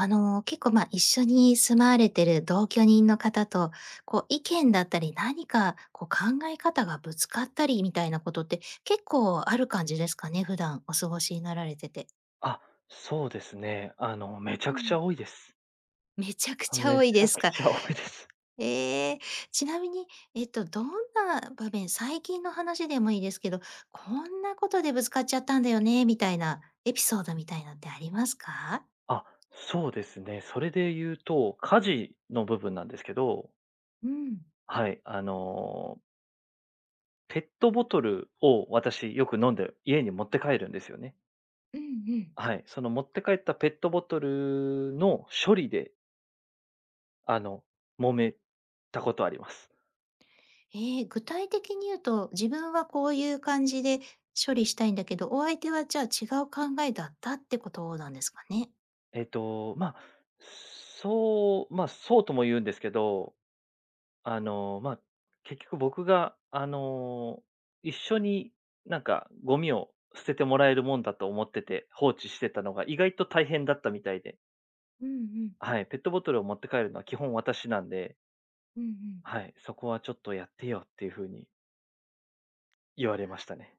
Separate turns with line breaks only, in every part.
結構、一緒に住まわれてる同居人の方と、意見だったり、何かこう、考え方がぶつかったりみたいなことって、結構ある感じですかね？普段お過ごしになられてて。
あ、そうですね。めちゃ
う
くち
ん。
ゃ多いです。
めちゃく
あ、
ちゃ
め
多
ち
いで
ゃ
す
く
か。
ちゃ多いです。
ええ、ちなみに、どんな場面、最近の話でもいいですけど、こんなことでぶつかっちゃったんだよね、みたいなエピソードみたいなのってありますか？
あ、そうですね。それで言うと、家事の部分なんですけど、
うん。
はい、ペットボトルを私よく飲んで家に持って帰るんですよね。
うんうん。
はい、その持って帰ったペットボトルの処理で、あの、揉めたことあります。
ええ、具体的に言うと、自分はこういう感じで処理したいんだけど、お相手はじゃあ違う考えだったってことなんですかね？
まあ、そう、まあ、そうとも言うんですけど、まあ、結局僕が、一緒になんかゴミを捨ててもらえるもんだと思ってて、放置してたのが意外と大変だったみたいで、
うんうん。
はい、ペットボトルを持って帰るのは基本私なんで、
うんうん。
はい、そこはちょっとやってよっていう風に言われましたね。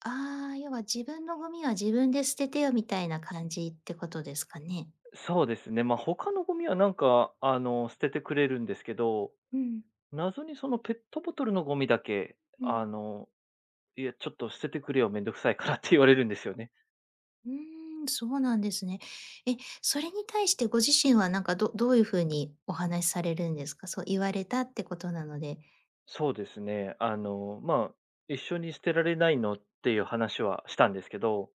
ああ、要は自分のゴミは自分で捨ててよみたいな感じってことですかね？
そうですね、まあ、他のゴミはなんか、捨ててくれるんですけど、
うん、
謎にそのペットボトルのゴミだけ、
うん。
あの、いや、ちょっと捨ててくれよ、めんどくさいからって言われるんですよね。
うーん、そうなんですね。え、それに対してご自身はなんかういう風にお話しされるんですか？そう言われたってことなので。
そうですね。まあ、一緒に捨てられないのっていう話はしたんですけど、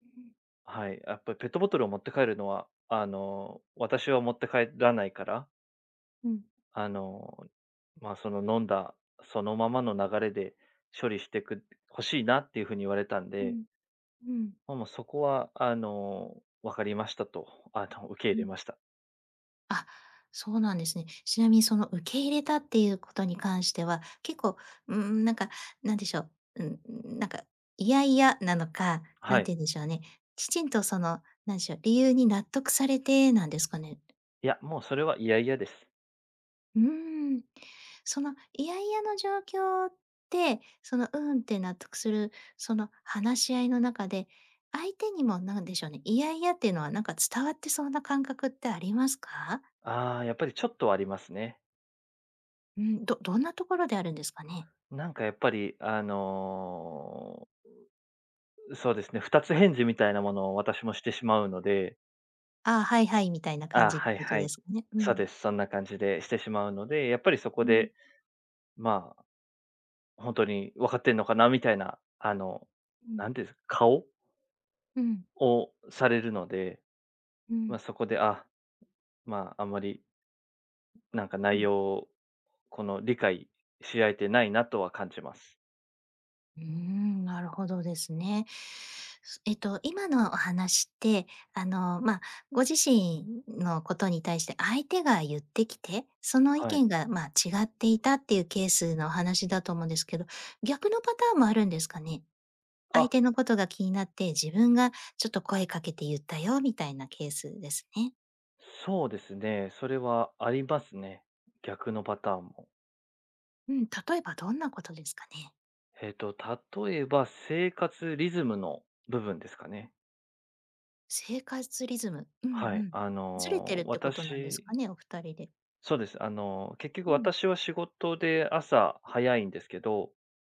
うん。
はい、やっぱりペットボトルを持って帰るのは、私は持って帰らないから、
うん。
あの、まあ、その飲んだそのままの流れで処理してく欲しいなっていうふうに言われたん
う
で、
ん、うん、
まあ、もうそこは、わかりましたと、受け入
う
れ
ん。
ました。
あ、そうなんですね。ちなみにその受け入れたっていうことに関しては、結構、うーん、なんか、なんでしょう、うん、なんか、いやいやなのか、な
は
ん
い。
て言うんでしょうね。きちんとその、なんでしょう、理由に納得されてなんですかね。
いや、もうそれは嫌々です。
うーん。そのいやいやの状況って、その、うんって納得する、その話し合いの中で、相手にもなんでしょうね、いやいやっていうのはなんか伝わってそうな感覚ってありますか？
ああ、やっぱりちょっとはありますね。
うん、んなところであるんですかね？
なんかやっぱり、そうですね、二つ返事みたいなものを私もしてしまうので、
ああ、はいはいみたいな感
あ、
じっ
は
て
い
こと
は
で
い。
すかね。う
そう
ん。
です、そんな感じでしてしまうので、やっぱりそこ
うん。
で、まあ、本当に分かってんのかなみたいな、
うん。
なんていうんですか、顔
うん。
をされるので、
う
まあ、
ん。
そこで、あ、まあ、あんまり、なんか
う
内
ん。
容を、この、理解し合えてないなとは感じます。
うーん、なるほどですね。えっと、今のお話って、あの、まあ、ご自身のことに対して相手が言ってきて、その意
はい。
見が、まあ、違っていたっていうケースのお話だと思うんですけど、逆のパターンもあるんですかね？相
あ、
手のことが気になって、自分がちょっと声かけて言ったよみたいなケースですね。
そうですね、それはありますね。逆のパターンも。
うん、例えばどんなことですかね？
えっと、例えば生活リズムの部分ですかね。
生活リズム。うんう
はい。
ん。ずれてるってことなんです
私
かね、お二人で。
そうです。結局
うん、
私は仕事で朝早いんですけど、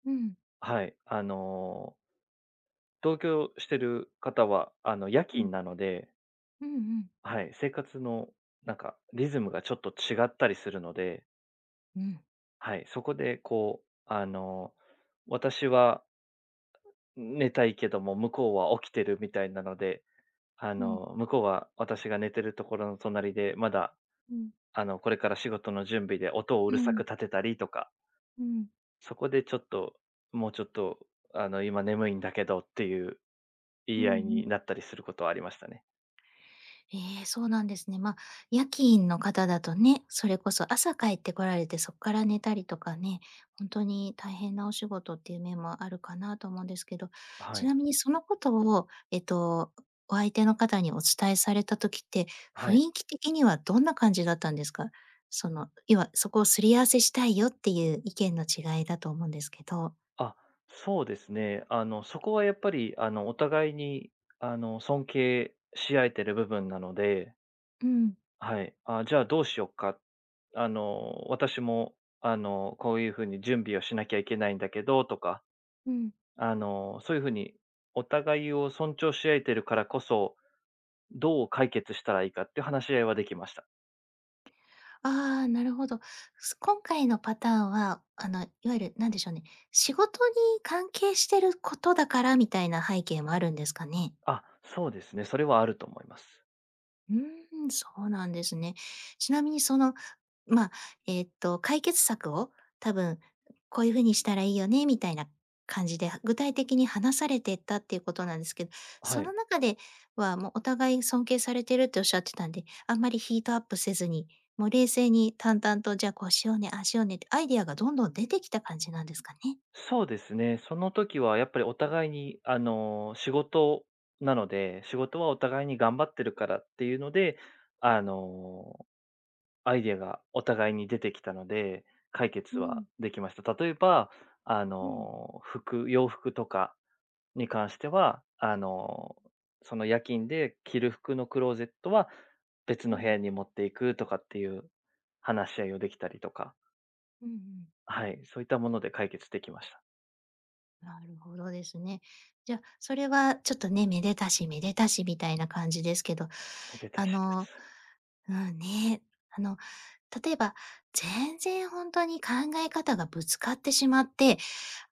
うん、
はい。同居してる方は、夜
うん、
勤なので、
うんうん。
はい、生活のなんかリズムがちょっと違ったりするので、
うん。
はい、そこでこう、私は寝たいけども、向こうは起きてるみたいなので、
うん、
向こうは私が寝てるところの隣で、まだ、
うん、
これから仕事の準備で音をう
う
るさ
ん、
く立てたりとか、
うん、
そこでちょっと、もうちょっと、今眠いんだけどっていう言
うん
い
う
合い
ん
になったりすることはありましたね。
ええ、そうなんですね。まあ、夜勤の方だとね、それこそ朝帰ってこられて、そこから寝たりとかね、本当に大変なお仕事っていう面もあるかなと思うんですけど、
は
ち
い。
なみにそのことを、えっと、お相手の方にお伝えされた時って、
は
雰
い。
囲気的にはどんな感じだったんですか？その、要はそこをすり合わせしたいよっていう意見の違いだと思うんですけど。
あ、そうですね。そこはやっぱり、お互いに、尊敬し合えてる部分なので、
うん、
はい。あ、じゃあどうしようか。私も、こういうふうに準備をしなきゃいけないんだけどとか、
うん。
そういう風にお互いを尊重し合えてるからこそ、どう解決したらいいかっていう話し合いはできました。
ああ、なるほど。今回のパターンは、あの、いわゆる、なんでしょうね、仕事に関係してることだからみたいな背景もあるんですかね？
あ、そうですね、それはあると思います。
うーん、そうなんですね。ちなみにまあ、解決策を多分こういう風にしたらいいよねみたいな感じで、具体的に話されてったっていうことなんですけど、
は
そ
い。
の中ではもうお互い尊敬されてるっておっしゃってたんで、あんまりヒートアップせずに、もう冷静に淡々とじゃあこうしようね、ああしようねってアイディアがどんどん出てきた感じなんですかね？
そうですね、その時はやっぱりお互いに、仕事なので、仕事はお互いに頑張ってるからっていうので、あの、アイデアがお互いに出てきたので、解
う
決は
ん、
できました。例えば、
うん、
服洋服とかに関しては、その夜勤で着る服のクローゼットは別
う
の部
ん、
屋に持っていくとかっていう話し合いをできたりとか、
うんうん。
はい、そういったもので解決できました。
なるほどですね。じゃ、あそれはちょっとね、めでたしめでたしみたいな感じですけど、
めでたし
あ
で
の、
す。
うんね、あの、例えば、全然本当に考え方がぶつかってしまって、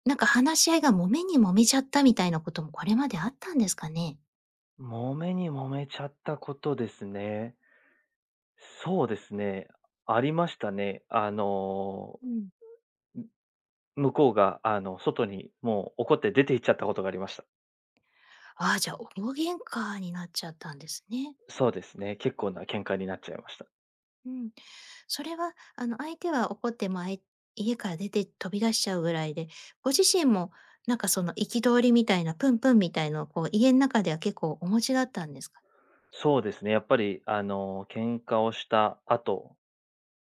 なんか話し合いが揉めに揉めちゃったみたいなこともこれまであったんですかね？
揉めに揉めちゃったことですね。そうですね、ありましたね。
うん。
む向こうが、外にもう怒って出て行っちゃったことがありました。
ああ、じゃあ大喧嘩になっちゃったんですね。
そうですね、結構な喧嘩になっちゃいました。
うん。それは、あの、相手は怒って、まあ、あい家から出て飛び出しちゃうぐらいで、ご自身もなんか、その、憤りみたいな、プンプンみたいのを、こう、家の中では結構お持ちだったんですか？
そうですね、やっぱり、喧嘩をした後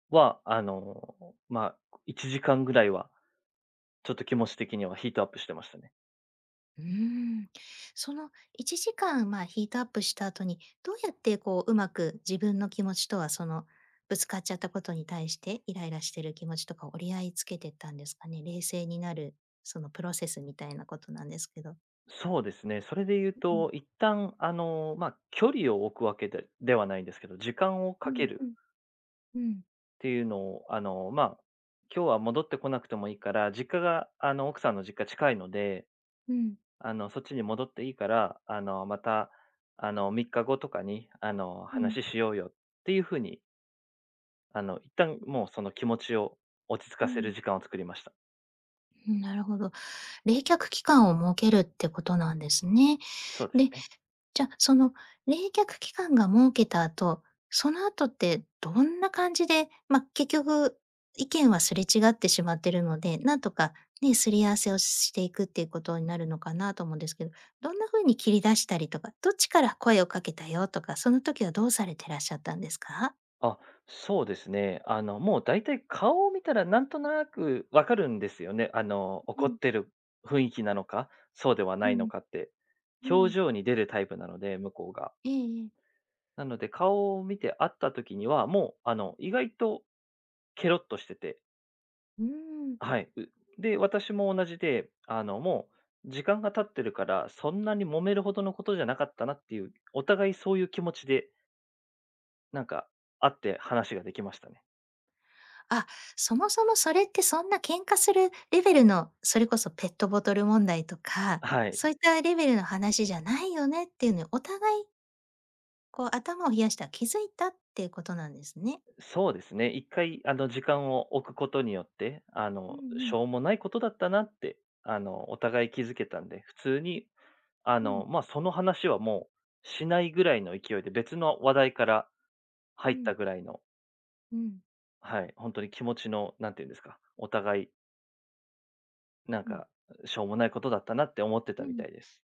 は、まあ、1時間ぐらいは、ちょっと気持ち的にはヒートアップしてましたね。
うーん。その1時間、まあ、ヒートアップした後に、どうやって、こう、うまく自分の気持ちとは、その、ぶつかっちゃったことに対して、イライラしてる気持ちとか折り合いつけてったんですかね？冷静になる、その、プロセスみたいなことなんですけど。
そうですね、それで言う
うん。
と、一旦、まあ、距離を置くわけでではないんですけど、時間を
う
かけ
んう
る
ん。
っ
うん。
ていうのを、まあ、今日は戻ってこなくてもいいから、実家が、奥さんの実家近いので、
うん。
そっちに戻っていいから、また、3日後とかに、
うん。
話しようよっていうふうに、一旦もうその気持ちを落ち着
う
かせる
ん。
時間を作りました。
なるほど。冷却期間を設けるってことなんですね。
そうです
で、
ね。
じゃあ、その冷却期間が設けた後、その後ってどんな感じで、まあ、結局意見はすれ違ってしまってるので、なんとかね、すり合わせをしていくっていうことになるのかなと思うんですけど、どんな風に切り出したりとか、どっちから声をかけたよとか、その時はどうされてらっしゃったんですか？
あ、そうですね。もう大体顔を見たらなんとなくわかるんですよね。
う
怒っ
ん、
てる雰囲気なのか、そうではな
う
いの
ん、
かって。
う
表
ん。
情に出るタイプなので、向こうが。
ええええ。
なので、顔を見て会った時には、もう、意外とケロッとしてて。
うん。
はい。うで、私も同じで、もう、時間が経ってるから、そんなに揉めるほどのことじゃなかったなっていう、お互いそういう気持ちで、なんか、会って話ができましたね。
あ、そもそもそれってそんな喧嘩するレベルの、それこそペットボトル問題とか、
はい。
そういったレベルの話じゃないよねっていうのに、お互いこう頭を冷やした、気づいたっていうことなんですね。
そうですね。一回、時間を置くことによって、
うんう
し
ん。
ょうもないことだったなって、お互い気づけたんで、普通に、
うん。
まあ、その話はもうしないぐらいの勢いで、別の話題から
う
入っ
ん。
たぐらいの、
うん。
はい、本当に気持ちの、なんていうんですか、お互い、なん
うん。
か、しょうもないことだったなって思ってた
う
みた
ん。
いです。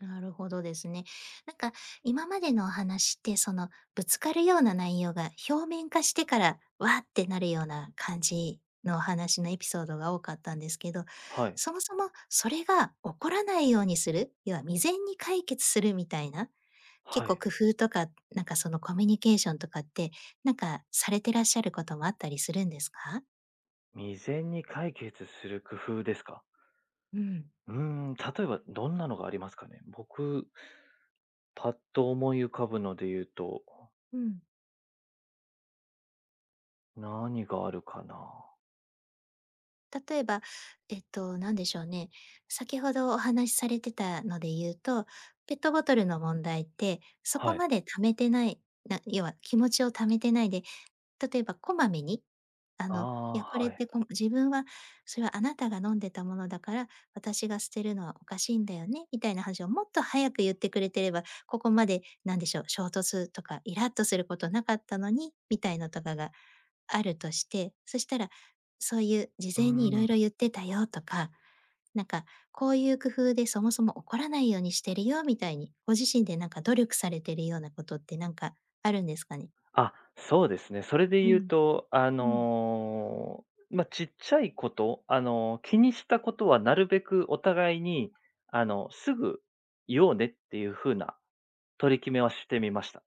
なるほどですね。なんか今までのお話って、そのぶつかるような内容が表面化してから、わーってなるような感じのお話のエピソードが多かったんですけど、
はい。
そもそもそれが起こらないようにする、要は未然に解決するみたいな、結
は
構
い。
工夫とか、なんかそのコミュニケーションとかって、なんかされてらっしゃることもあったりするんですか？
未然に解決する工夫ですか？
うん。
うーん、例えばどんなのがありますかね？僕、パッと思い浮かぶので言うと
うん。
何があるかな。
例えば、なんでしょうね。先ほどお話しされてたので言うと、ペットボトルの問題って、そこ
はい。
まで溜めてない、要は気持ちを溜めてないで、例えばこまめに、
ああ、
いや、これっ
はい。
て自分は、それはあなたが飲んでたものだから、私が捨てるのはおかしいんだよね、みたいな話をもっと早く言ってくれてれば、ここまで、なんでしょう、衝突とか、イラッとすることなかったのに、みたいのとかがあるとして、そしたら、そういう事
う
前にいろ
ん。
いろ言ってたよとか、なんかこういう工夫でそもそも怒らないようにしてるよみたいに、ご自身でなんか努力されてるようなことってなんかあるんですかね？
あ、そうですね。それで
う
言う
ん。
と、
うん。
まあ、ちっちゃいこと、気にしたことはなるべくお互いに、すぐ言おうねっていう風な取り決めはしてみました。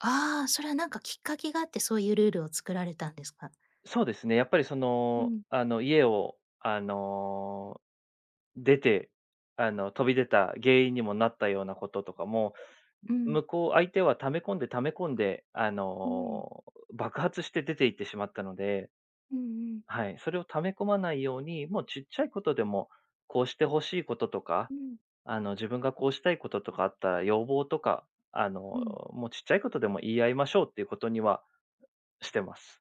ああ、それはなんかきっかけがあってそういうルールを作られたんですか？
そうですね、やっぱりそ
う
の、
ん、
家を、出て、飛び出た原因にもなったようなこととかも、
うん、
向こう、相手は溜め込んで溜め込んで、
うん、
爆発して出て行ってしまったので、
うんうん、
はい、それを溜め込まないように、もうちっちゃいことでも、こうしてほしいこととか、
うん、
自分がこうしたいこととかあったら、要望とか、あの、
うん、
もうちっちゃいことでも言い合いましょうっていうことにはしてます。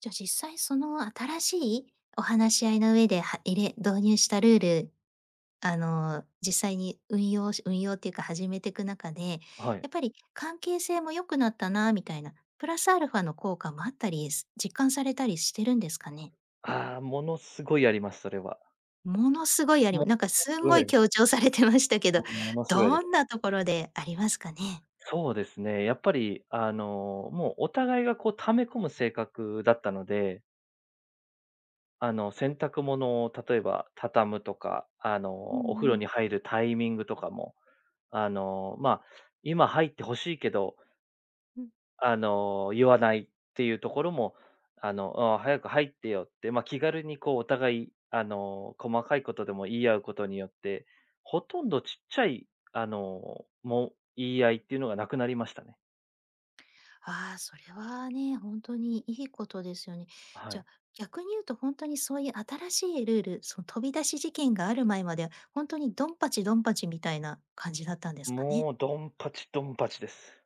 じゃ、あ実際その新しいお話し合いの上で、は入れ導入したルールあの、実際に運用っていうか始めてく中で、や
はい。
っぱり関係性も良くなったなみたいな、プラスアルファの効果もあったり、実感されたりしてるんですかね？
ああ、ものすごいあります、それは。
ものすごいあ
も
り、なんか
の
す
す
ん
ごい
ご
あり
い
ます。
強調されてましたけど、
ものすごいあり
ど
ます。
んなところでありますかね？
そうですね、やっぱり、もうお互いがこう溜め込む性格だったので洗濯物を例えば畳むとか、
うん
お風
う
呂
ん。
に入るタイミングとかも、まあ、今入ってほしいけど、言わないっていうところも、あ、早く入ってよって、まあ、気軽にこうお互い、細かいことでも言い合うことによって、ほとんどちっちゃい、もう言い合いっていうのがなくなりましたね。
ああ、それはね、本当にいいことですよね。
は
じゃあ、
い。
逆に言うと本当にそういう新しいルール、その飛び出し事件がある前までは、本当にドンパチドンパチみたいな感じだったんですかね？
もうドンパチドンパチです。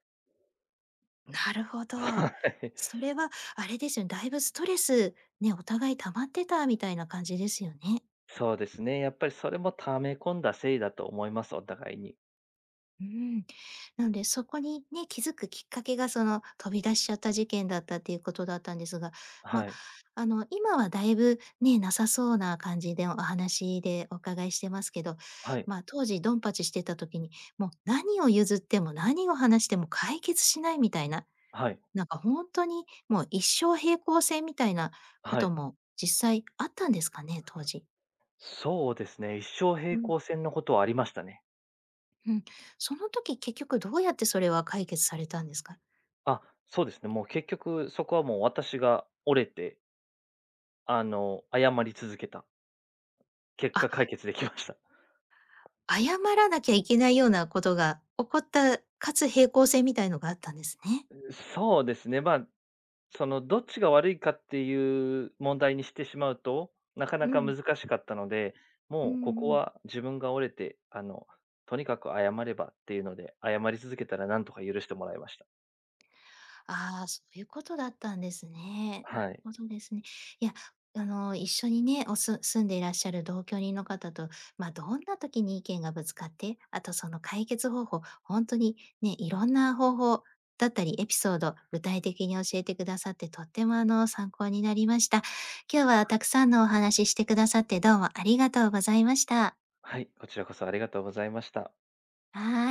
なるほど。
はい。
それはあれですよね、だいぶストレス、ね、お互い溜まってたみたいな感じですよね？
そうですね。やっぱりそれも溜め込んだせいだと思います、お互いに。
うん。なので、そこにね、気づくきっかけが、その、飛び出しちゃった事件だったっていうことだったんですが、まあ、
はい。
今はだいぶね、なさそうな感じでお話でお伺いしてますけど、
はい。
まあ、当時ドンパチしてた時に、もう何を譲っても何を話しても解決しないみたいな、
はい。
なんか本当にもう一生平行線みたいなこ
は
と
い。
も実際あったんですかね？当時。
そうですね。一生
う
平
ん、
行線のことはありましたね。
うん。その時結局どうやってそれは解決されたんですか？
あ、そうですね。もう結局そこはもう私が折れて、謝り続けた。結果
あ、
解決できました。
謝らなきゃいけないようなことが起こった、かつ平行線みたいのがあったんですね。
そうですね。まあ、その、どっちが悪いかっていう問題にしてしまうと、なか
う
なか
ん。
難しかったので、
うん
もうここ
うん。
は自分が折れて、とにかく謝ればっていうので、謝り続けたらなんとか許してもらいました。
ああ、そういうことだったんですね。な
は
る
い。
ほどですね。いや、あの、一緒にね、住んでいらっしゃる同居人の方と、まあ、どんな時に意見がぶつかって、あとその解決方法、本当にね、いろんな方法だったりエピソード、具体的に教えてくださって、とってもあの、参考になりました。今日はたくさんのお話ししてくださって、どうもありがとうございました。
はい、こちらこそありがとうございました。
はーい。